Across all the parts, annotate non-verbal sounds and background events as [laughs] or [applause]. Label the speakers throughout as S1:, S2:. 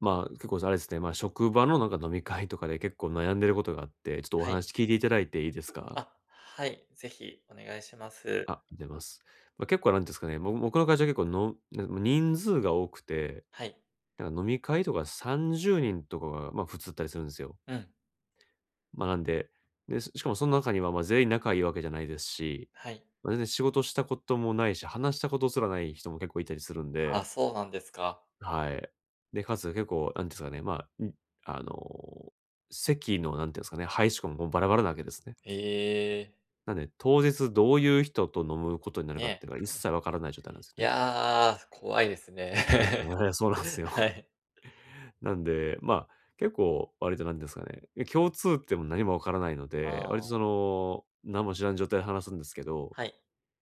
S1: 結構あれですね、職場のなんか飲み会とかで結構悩んでることがあって、ちょっとお
S2: はい。
S1: 話聞いていただいていいですか？
S2: あ、はい、ぜひお願いします。
S1: あ、出ます。結構なんていうんですかね、僕の会社結構の人数が多くて、
S2: はい。
S1: なんか飲み会とか30人とかが、普通だったりするんですよ。
S2: うん、
S1: ま、なんで、で、ししかもその中には、全員仲いいわけじゃないですし、
S2: はい。
S1: 全然仕事したこともないし、話したことすらない人も結構いたりするん
S2: あ、
S1: で。
S2: そうなんですか。
S1: はい。で、かつ結構、なんていうんですかね、あの、席の、なんていうんですかね、配置ももうバラバラなわけですね。
S2: ええ、
S1: なんで、当日どういう人と飲むことになるかっ
S2: ね。
S1: ていうのが一切わからない状態なんです
S2: い
S1: よね。
S2: や、怖いですね。
S1: はい、そうなんです
S2: [laughs] は
S1: よ。
S2: い。
S1: [laughs] なんで、結構割となんですかね、共通点も何もわからないので、
S2: あ
S1: 割と
S2: あ、
S1: その、何も知らん状態で話すんですけど、
S2: はい。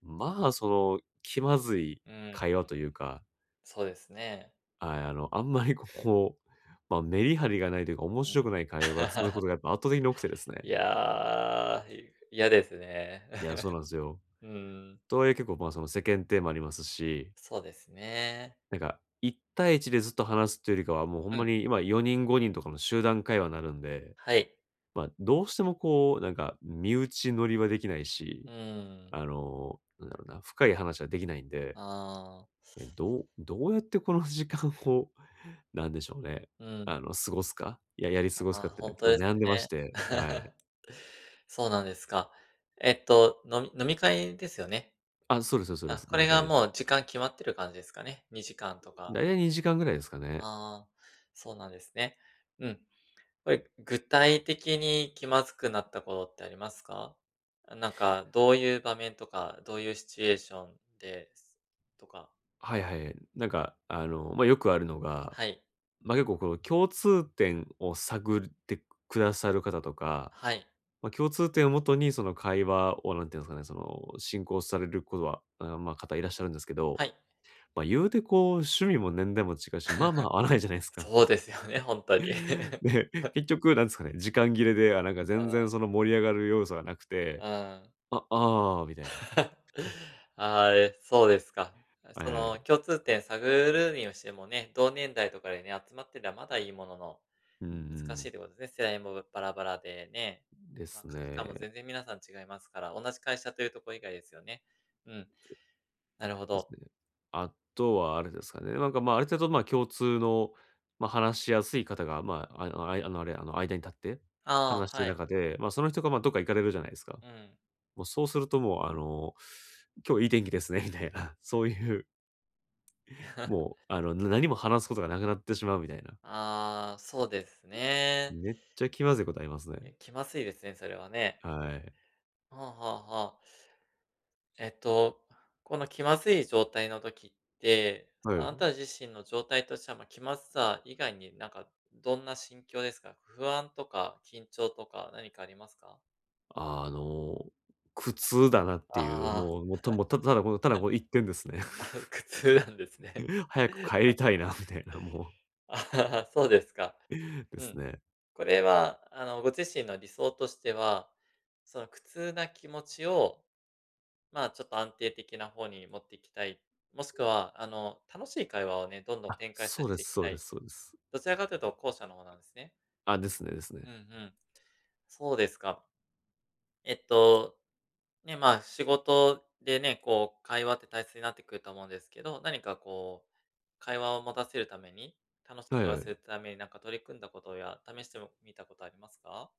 S1: 気まずい
S2: うん、
S1: 会話というか、
S2: そうですね。
S1: はい、あんまりこう、メリハリがないというか、面
S2: うん
S1: 白くない会話が続くこ
S2: [laughs]。
S1: とがやっぱ圧倒的に多くてですね。
S2: いやー、嫌ですね。
S1: いや、そうなんですよ。
S2: [laughs] うん、
S1: とはいえ結構、その世間体もありますし、
S2: そうですね。
S1: なんか一対一でずっと話すっていうよりかは、もうほん
S2: う
S1: ま
S2: ん、
S1: に今4人5人とかの集団会話になるんで、
S2: はい。
S1: どうしてもこう、なんか身内乗りはできないし、
S2: うーん、
S1: なんだろうな、深い話はできないんで、
S2: ああ、
S1: え、どうどうやってこの時間を、[laughs] なんでしょうね、
S2: うん、
S1: 過ごすか、やり過ごす
S2: あ
S1: かっ
S2: ー、
S1: ていう
S2: ほ
S1: の
S2: ん
S1: は結
S2: と
S1: 構
S2: です
S1: 悩んでまし
S2: ね。
S1: て、はい。
S2: [laughs] そうなんですか。飲み会ですよね。
S1: あ、そうです、そうで
S2: あ、
S1: す、そうです。
S2: こ
S1: 飲み
S2: れ
S1: 会
S2: が
S1: です。
S2: もう時間決まってる感じですかね。2時間とか。
S1: だいたい2時間ぐらいですかね。
S2: ああ、そうなんですね。うん。これ、具体的に気まずくなったことってありますか？あ、なんかどういう場面とか、どういうシチュエーションでとか。
S1: はいはい。なんか、よくあるのが、
S2: はい。
S1: 結構この共通点を探ってくださる方とか、
S2: はい。
S1: 共通点をもとにその会話を、なんていうんですかね、その、進行されることは、方いらっしゃるんですけ
S2: は
S1: ど、
S2: い。
S1: 言うてこう、趣味も年代も違うし、まあまあ合わないじゃないですか。
S2: そうですよね、ほんとに。
S1: [laughs]
S2: [laughs]
S1: で、結局なんですかね、時間切れで、あ、なんか全然その盛り上がる要素がなくて、
S2: うん。うん。
S1: あ、ああ、みたいな。
S2: [laughs] ああ、え、そうですか。
S1: はい
S2: そ
S1: は
S2: の、
S1: い。
S2: 共通点探るにしてもね、同年代とかでね、集まってりゃまだいいものの、
S1: うんう
S2: 難し
S1: ん。
S2: いってことですね。世代もバラバラでね、
S1: で
S2: ま、
S1: す
S2: 価値観も
S1: ね。
S2: 全然皆さん違いますから、同じ会社というとこ以外ですよね。うん、なるほ
S1: です
S2: ど。
S1: ね。あとはあれですかね、なんか、ある程度、共通の、話しやすい方が、まあ、あの、あいあの、あれ、あの、間に立って、
S2: ああ、
S1: 話してる
S2: はい。
S1: 中で、その人が、どっか行かれるじゃないですか。
S2: うん。
S1: もうそうするともう、今日いい天気ですねみたいな、[laughs] そういう、
S2: [laughs]
S1: もう、あの、何も話すことがなくなってしまうみたいな。
S2: ああ、そうですね。
S1: めっちゃ気まずいことありますね。
S2: え、気まずいですね、それはね。
S1: はい。
S2: はあはあはあ。えっと、この気まずい状態の時って、
S1: は
S2: あ
S1: い。
S2: なた自身の状態としては、ま、気まずさ以外になんかどんな心境ですか？不安とか緊張とか何かありますか？
S1: あの、苦痛だなっていう、
S2: ああ、
S1: もうもう、たもう、たただこのただこの一点ですね。
S2: [laughs] あ苦痛なんですね。
S1: [laughs] 早く帰
S2: [laughs]
S1: りたいなみたいな、も
S2: ああ、そうですか。
S1: う、[laughs] で
S2: う
S1: す
S2: ん。
S1: ね。
S2: これはご自身の理想としては、その苦痛な気持ちを、まあ、ちょっと安定的な方に持っていきたい、もしくは楽しい会話をね、どんどん
S1: あ、
S2: 展開さ
S1: そう
S2: し
S1: で
S2: てい
S1: す、
S2: き
S1: そう
S2: た
S1: で
S2: い。
S1: す、そうです。
S2: どちらかというと後者の方なんですね。
S1: あ、ですね、です
S2: う
S1: ね。
S2: んうん。そうですか。えっと、ね、まあ、仕事でね、こう、会話って大切になってくると思うんですけど、何かこう、会話を持たせるために、楽しい
S1: はい
S2: 会話
S1: は
S2: する
S1: い。
S2: ためになんか取り組んだことや、試してみたことありますか？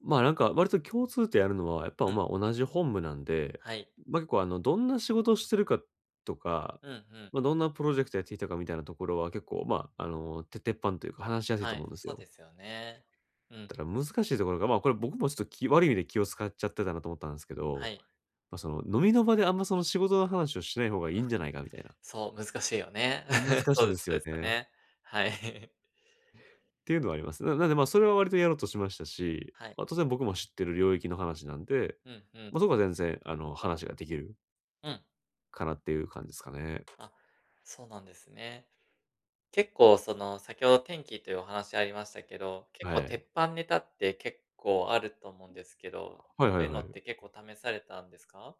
S1: なんか割と共通点あるのは、やっぱ、
S2: うん、
S1: 同じ本部なんで、
S2: はい。
S1: 結構あの、どんな仕事をしてるかとか、
S2: うんうん。
S1: どんなプロジェクトやってきたかみたいなところは結構、鉄板というか話しやすい
S2: は
S1: と
S2: い、
S1: 思うんです
S2: そう
S1: よ。
S2: ですよね。うん、
S1: たら難しいところが、これ僕もちょっと悪い意味で気を使っちゃってたなと思ったんですけ
S2: は
S1: ど、
S2: い。
S1: その飲みの場であんまその仕事の話をしない方がいいんじゃないかみたいな。
S2: そう、難しいよね。[laughs]
S1: 難し
S2: そ
S1: い
S2: う
S1: ん
S2: で
S1: で
S2: すそ
S1: すよ
S2: うですよ
S1: ね。
S2: ね。はい。[laughs]
S1: っていうのはあります。なんでまあ、それは割とやろうとしましたし、
S2: はい。
S1: 当然僕も知ってる領域の話なんで、
S2: うんうん。
S1: そこは全然あの、話ができる
S2: うん。
S1: かなっていう感じですかね。
S2: あ、そうなんですね。結構その、先ほど天気というお話ありましたけど、結
S1: は
S2: 構鉄
S1: い。
S2: 板ネタって結構あると思うんですけど、
S1: はい
S2: そ
S1: は
S2: う
S1: い
S2: いう
S1: は
S2: のって
S1: い。
S2: 結構試されたんですか？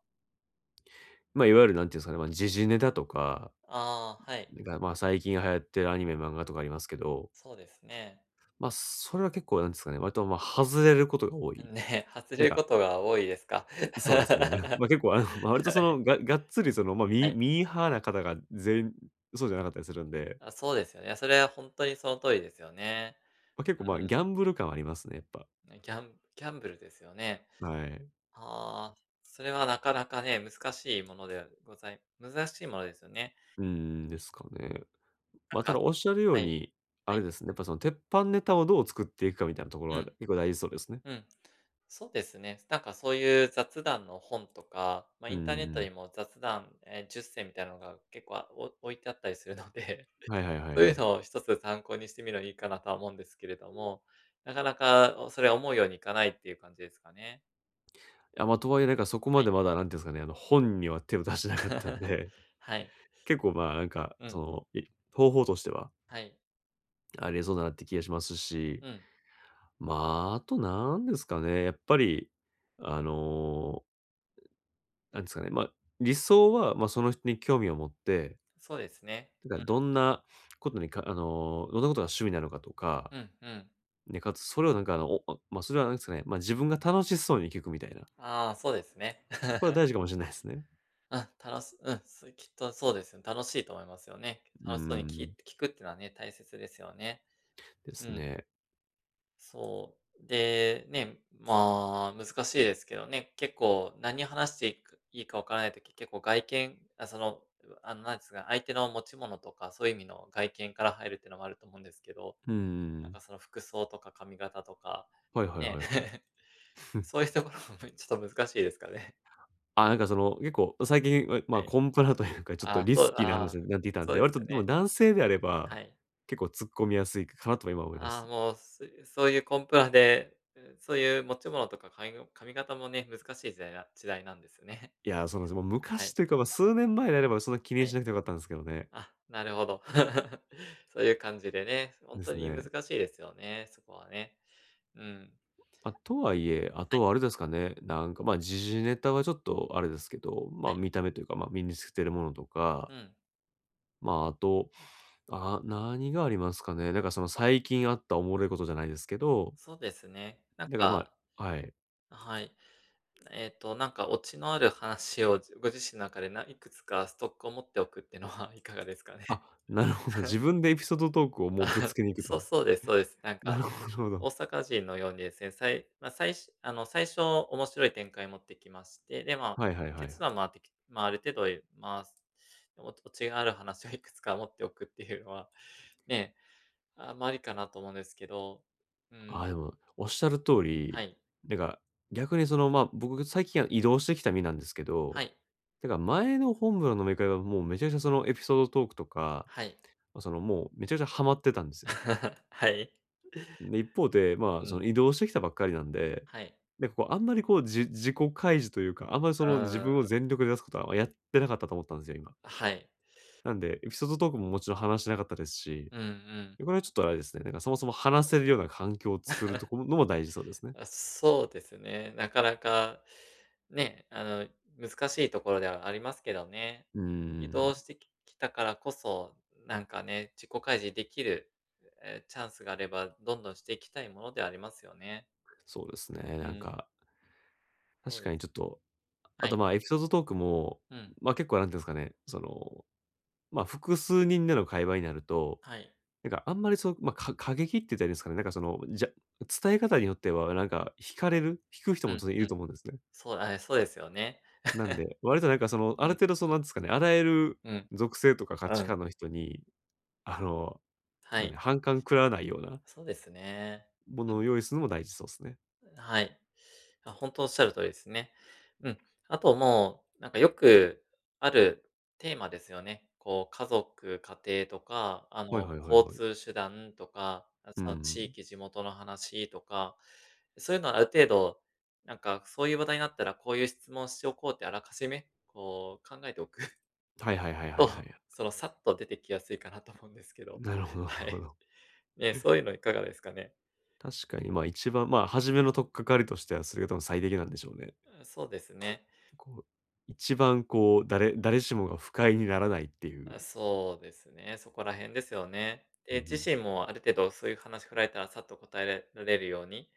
S1: いわゆるなんていうんですかね、時事ネタとか
S2: ああ、はい。
S1: が、最近流行ってるアニメ、漫画とかありますけど、
S2: そうですね。
S1: それは結構なんですかね、割とまあ、外れることが多
S2: [laughs]
S1: い。
S2: ね、外
S1: な
S2: れ
S1: ん
S2: るこ
S1: か
S2: とが多いですか？[laughs]
S1: そうですね。[laughs] ま、結構あの、まあ、割と
S2: は
S1: その、
S2: い、
S1: がっつりその、
S2: はい。
S1: ミーハーな方が全員そうじゃなかったりするんで、
S2: あ、そうですよね。それは本当にその通りですよね。
S1: まあ、結構、まあ、ギャンブル感はありますね、やっぱ。
S2: うん、ギャンブルですよね。
S1: はい。
S2: ああ、それはなかなかね、難しいものですよね。
S1: うん、ですかね。
S2: なん
S1: ただ
S2: か
S1: おっしゃるよう
S2: はい、は
S1: に、あれ
S2: い。
S1: ですね、やっぱその鉄板ネタをどう作っていくかみたいなところ
S2: う
S1: は
S2: ん。
S1: 結構大事そうですね。
S2: うん。そうですね。なんかそういう雑談の本とか、まあ、
S1: う
S2: インターネット
S1: ん、
S2: にも雑談、10選みたいなのが結構、あ、置いてあったりするので、
S1: はいは
S2: [laughs]
S1: いは
S2: そ
S1: い
S2: う
S1: は
S2: いう
S1: い。
S2: のを一つ参考にしてみるのいいかなとは思うんですけれども、なかなか、おそれ思うようにいかないっていう感じですかね。
S1: いやまあ、とはいえなんかそこ
S2: は
S1: ま
S2: い。
S1: でまだ何て言うんですかね、本には手を出してなかったん
S2: [laughs]
S1: で、
S2: はい。
S1: 結構、
S2: うん。
S1: の、い方法としては
S2: はい。
S1: ありえそうだなって気がしますし、
S2: うん。
S1: まあとなんですかね、やっぱり、あのー、なんですかね、理想は、その人に興味を持って、
S2: そうですね。
S1: だからどんなことにかどんなことが趣味なのかとか、
S2: うんうん。
S1: ね、かつそれをなんかあの、おまあ、まそれはなんですかね、自分が楽しそうに聞くみたいな
S2: ああ、そうですね。
S1: と
S2: [laughs]
S1: ころは大事かもしれないですね。
S2: あ、うん、そうきっとそうですよ。楽しいと思いますよね。
S1: う
S2: 楽しそうにき
S1: ん、
S2: 聞くっていうのはね、大切ですよね。
S1: で
S2: う
S1: す
S2: ん。
S1: ね。
S2: そう。で、ね、まあ、難しいですけどね、結構何話していくいいかわからないとき結構外見、あ、その、なんですか、相手の持ち物とか、そういう意味の外見から入るっていうのもあると思うんですけど、
S1: う
S2: なん
S1: ん、
S2: かその服装とか髪型とか、
S1: はいはいは
S2: ね、
S1: いはい。
S2: [laughs] そういうところもねちょっと難しいですかね。
S1: あ、結構最近、
S2: [laughs]
S1: え、ま
S2: は
S1: あ、
S2: い。
S1: コンプラというか、ちょっ
S2: あ
S1: と
S2: あ、
S1: リ
S2: そ
S1: ス
S2: う、
S1: キーな
S2: あ
S1: 話
S2: あ、
S1: になってきたん
S2: そう
S1: で、
S2: で
S1: 割
S2: す
S1: と
S2: よ
S1: でも
S2: ね。
S1: 男性であれば、
S2: はい。
S1: 結構突っ込みやすいかなとは今思いま
S2: ああ、
S1: す。
S2: もう、そういうコンプラで、そういう持ち物とか、髪型もね、難しい時代なんですね。
S1: いや、そうなんです。もう
S2: [laughs] は
S1: 昔
S2: い。
S1: というか、数年前であればそんな気に
S2: は
S1: し
S2: い。
S1: なくてよかったんですけどね。
S2: あ、なるほど。[laughs] そういう感じでね、本
S1: で
S2: 当
S1: す
S2: に難
S1: ね。
S2: しいですよね、そこはね。うん。
S1: あ、とはいえ、あとはあれですかね、なんか、時事ネタはちょっとあれですけど、
S2: はい。
S1: 見た目というか、身につけてるものとか、
S2: うん。
S1: あと、あ、何がありますかね。なんかその最近あったおもろいことじゃないですけど、
S2: そうですね。なん
S1: だからま
S2: か
S1: あはい。
S2: はい。なんかオチのある話をご自身の中でいくつかストックを持っておくっていうのは [laughs] いかがですかね？
S1: あ、なるほど、自分
S2: [laughs]
S1: でエピソードトークをもうぶつ
S2: あ、
S1: けに行く
S2: そう
S1: と。
S2: そうですそうです。なん
S1: な
S2: か
S1: るほど、なるほど。
S2: 大阪人のようにですね、さいまあ、さいしあの、最初面白い展開持ってきまして、で、ま
S1: はいは
S2: あ、
S1: いはい。
S2: 結論回ってきまあ、ある程度まあオチがある話をいくつか持っておくっていうのは、[laughs] ね、あ、まあ、ありかなと思うんですけど、う
S1: ああ、
S2: ん、
S1: でも、おっしゃる通
S2: は
S1: り、
S2: い、
S1: なんか、逆にその、僕最近は移動してきた身なんですけ
S2: は
S1: ど、
S2: い、
S1: てか前の本部の飲み会はもうめちゃくちゃそのエピソードトークとか、
S2: はい。
S1: もうめちゃくちゃハマってたんですよね。
S2: [laughs] はい。[laughs]
S1: で、一方で、
S2: う
S1: そ
S2: ん、
S1: の移動してきたばっかりなんで、
S2: はい。
S1: なんかこうあんまりこう、自己開示というか、あんまりそ
S2: う
S1: の自
S2: ー
S1: 分を
S2: ん、
S1: 全力で出すことはやってなかったと思ったんですよ、今。
S2: はい。
S1: なんで、エピソードトークももちろん話してなかったですし、
S2: うんうん。
S1: これはちょっとあれですね、なんかそもそも話せるような環境を作るところのも大事そうですね。
S2: あ、そうですね。なかなか、ね、難しいところではありますけどね。
S1: うー
S2: 移動し
S1: ん。
S2: てきたからこそ、なんかね、自己開示できる、チャンスがあれば、どんどんしていきたいものではありますよね。
S1: そうですね、
S2: う
S1: なん
S2: ん、
S1: か、
S2: そ
S1: 確
S2: う
S1: か
S2: で
S1: にちょっ
S2: す。
S1: と、あ
S2: は
S1: と、
S2: い。
S1: エピソードトークも、
S2: うん、
S1: 結構なんていうんですかね、その、複数人での会話になると、
S2: はい。
S1: なんかあんまりそう、過激って言ったらいいんですかね、伝え方によってはなんか惹かれる、引く人
S2: う
S1: も
S2: ん、
S1: 当然い
S2: う
S1: る
S2: ん。
S1: と思うんですね。
S2: そう、あ、そうですよね。
S1: なんで、割となんかその、あ
S2: う
S1: る
S2: ん、
S1: 程度そのなんですかね、あらゆる
S2: うん、
S1: 属性とか価
S2: う
S1: 値
S2: ん。
S1: 観の人に、あの、
S2: は
S1: なんで、
S2: い。
S1: 反感食らわないような
S2: そうですね。
S1: もの
S2: う
S1: を
S2: ん、
S1: 用意するのも大事そうですね。
S2: はい。あ、本当おっしゃる通りですね。うん。あともう、なんかよくあるテーマですよね。こう、家族、家庭とか、
S1: はいはいはい
S2: 交
S1: はい。
S2: 通手段とか、あ、
S1: う
S2: その地
S1: ん。
S2: 域、地元の話とか、そういうのはある程度、なんかそういう話題になったら、こういう質問しておこうってあらかじめ、こう考えておく [laughs]
S1: はいはいはいはいは
S2: と、
S1: い。
S2: さっと出てきやすいかなと思うんですけど。
S1: なるほど、なる
S2: は
S1: ほ
S2: い。
S1: ど。
S2: ね、そういうのいかがですかね？
S1: 確かに、一番、初めの取っかかりとしては、それが多分最適なんでしょうね。
S2: うん、そうですね。
S1: こう、一番こう、誰しもが不快にならないっていう。
S2: あ、そうですね。そこら辺ですよね。
S1: うん
S2: で、
S1: う
S2: 自
S1: ん。
S2: 身もある程度そういう話振られたらさっと答えられるように、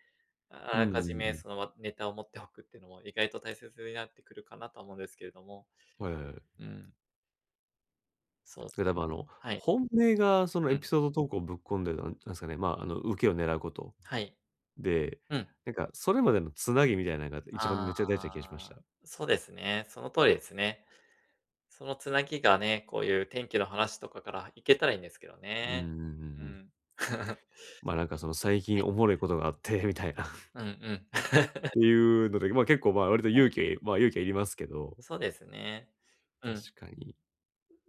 S2: ああ
S1: うん
S2: らか
S1: うんう
S2: じめ
S1: ん。
S2: ま、ネタを持っておくっていうのも意外と大切になってくるかなとは思うんですけれども。
S1: はいはいはい。
S2: うん。そうで
S1: そ
S2: す。
S1: れ多分あの、
S2: はい。
S1: 本命がその
S2: う
S1: エピ
S2: ん。
S1: ソード投稿をぶっ込んで、なんですかね、受けを狙うこと。
S2: はい。
S1: で、
S2: うん。
S1: なんかそれまでのつなぎみたいなのが一番め
S2: あ
S1: っちゃ大事な気がしました。
S2: あ、そうですね。その通りですね。そのつなぎがね、こういう天気の話とかからいけたらいいんですけど
S1: うんうんう
S2: ね。
S1: んう
S2: う
S1: ん。
S2: ん。[laughs]
S1: なんかその最近おもろいことがあって、みたいな。[laughs]
S2: うんうん。[laughs]
S1: っていうので、まあ、結構まあ、割と勇気、勇気はいりますけど、
S2: そうですね。うん。
S1: 確かに。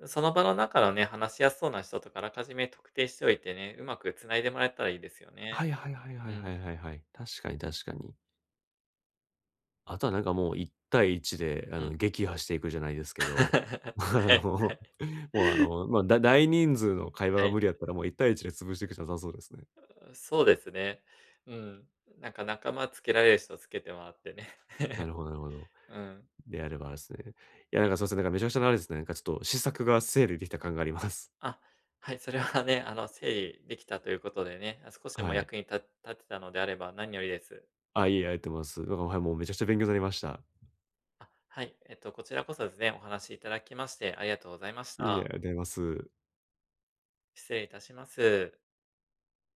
S2: その場の中のね、話しやすそうな人とかあらかじめ特定しておいてね、うまく繋いでもらえたらいいですよ
S1: は
S2: ね。
S1: いはいはいはい
S2: う
S1: は
S2: ん。
S1: いはいはい。確かに、確かに。あとはなんかもう1対1で、
S2: うん。
S1: 撃破していくじゃないですけど、
S2: [laughs]
S1: [laughs] あ
S2: は
S1: の、
S2: い。
S1: もうあの、まあ、だ大人数の会話
S2: は
S1: が
S2: い。
S1: 無理やったら、もう1対1で潰していくしかなさそうですね。
S2: そうですね。うん。なんか仲間つけられる人つけてもらってね。
S1: なる
S2: [laughs]
S1: ほど、なるほど。
S2: うん。
S1: であればあれですね。いや、なんかそうですね、なんかめちゃくちゃなあれですね、なんかちょっと、試作が整理できた感があります。
S2: あ、はい、それはね、整理できたということでね、少しでも
S1: はい。
S2: 役に立てたのであれば何よりです。
S1: あ、いえ、ありがとうございます。なんか、はい、もうめちゃくちゃ勉強になりました。
S2: あ、はい。こちらこそですね、お話しいただきましてありがとうございまし
S1: いえいえ、ありが
S2: た。
S1: とうございます。
S2: 失礼いたします。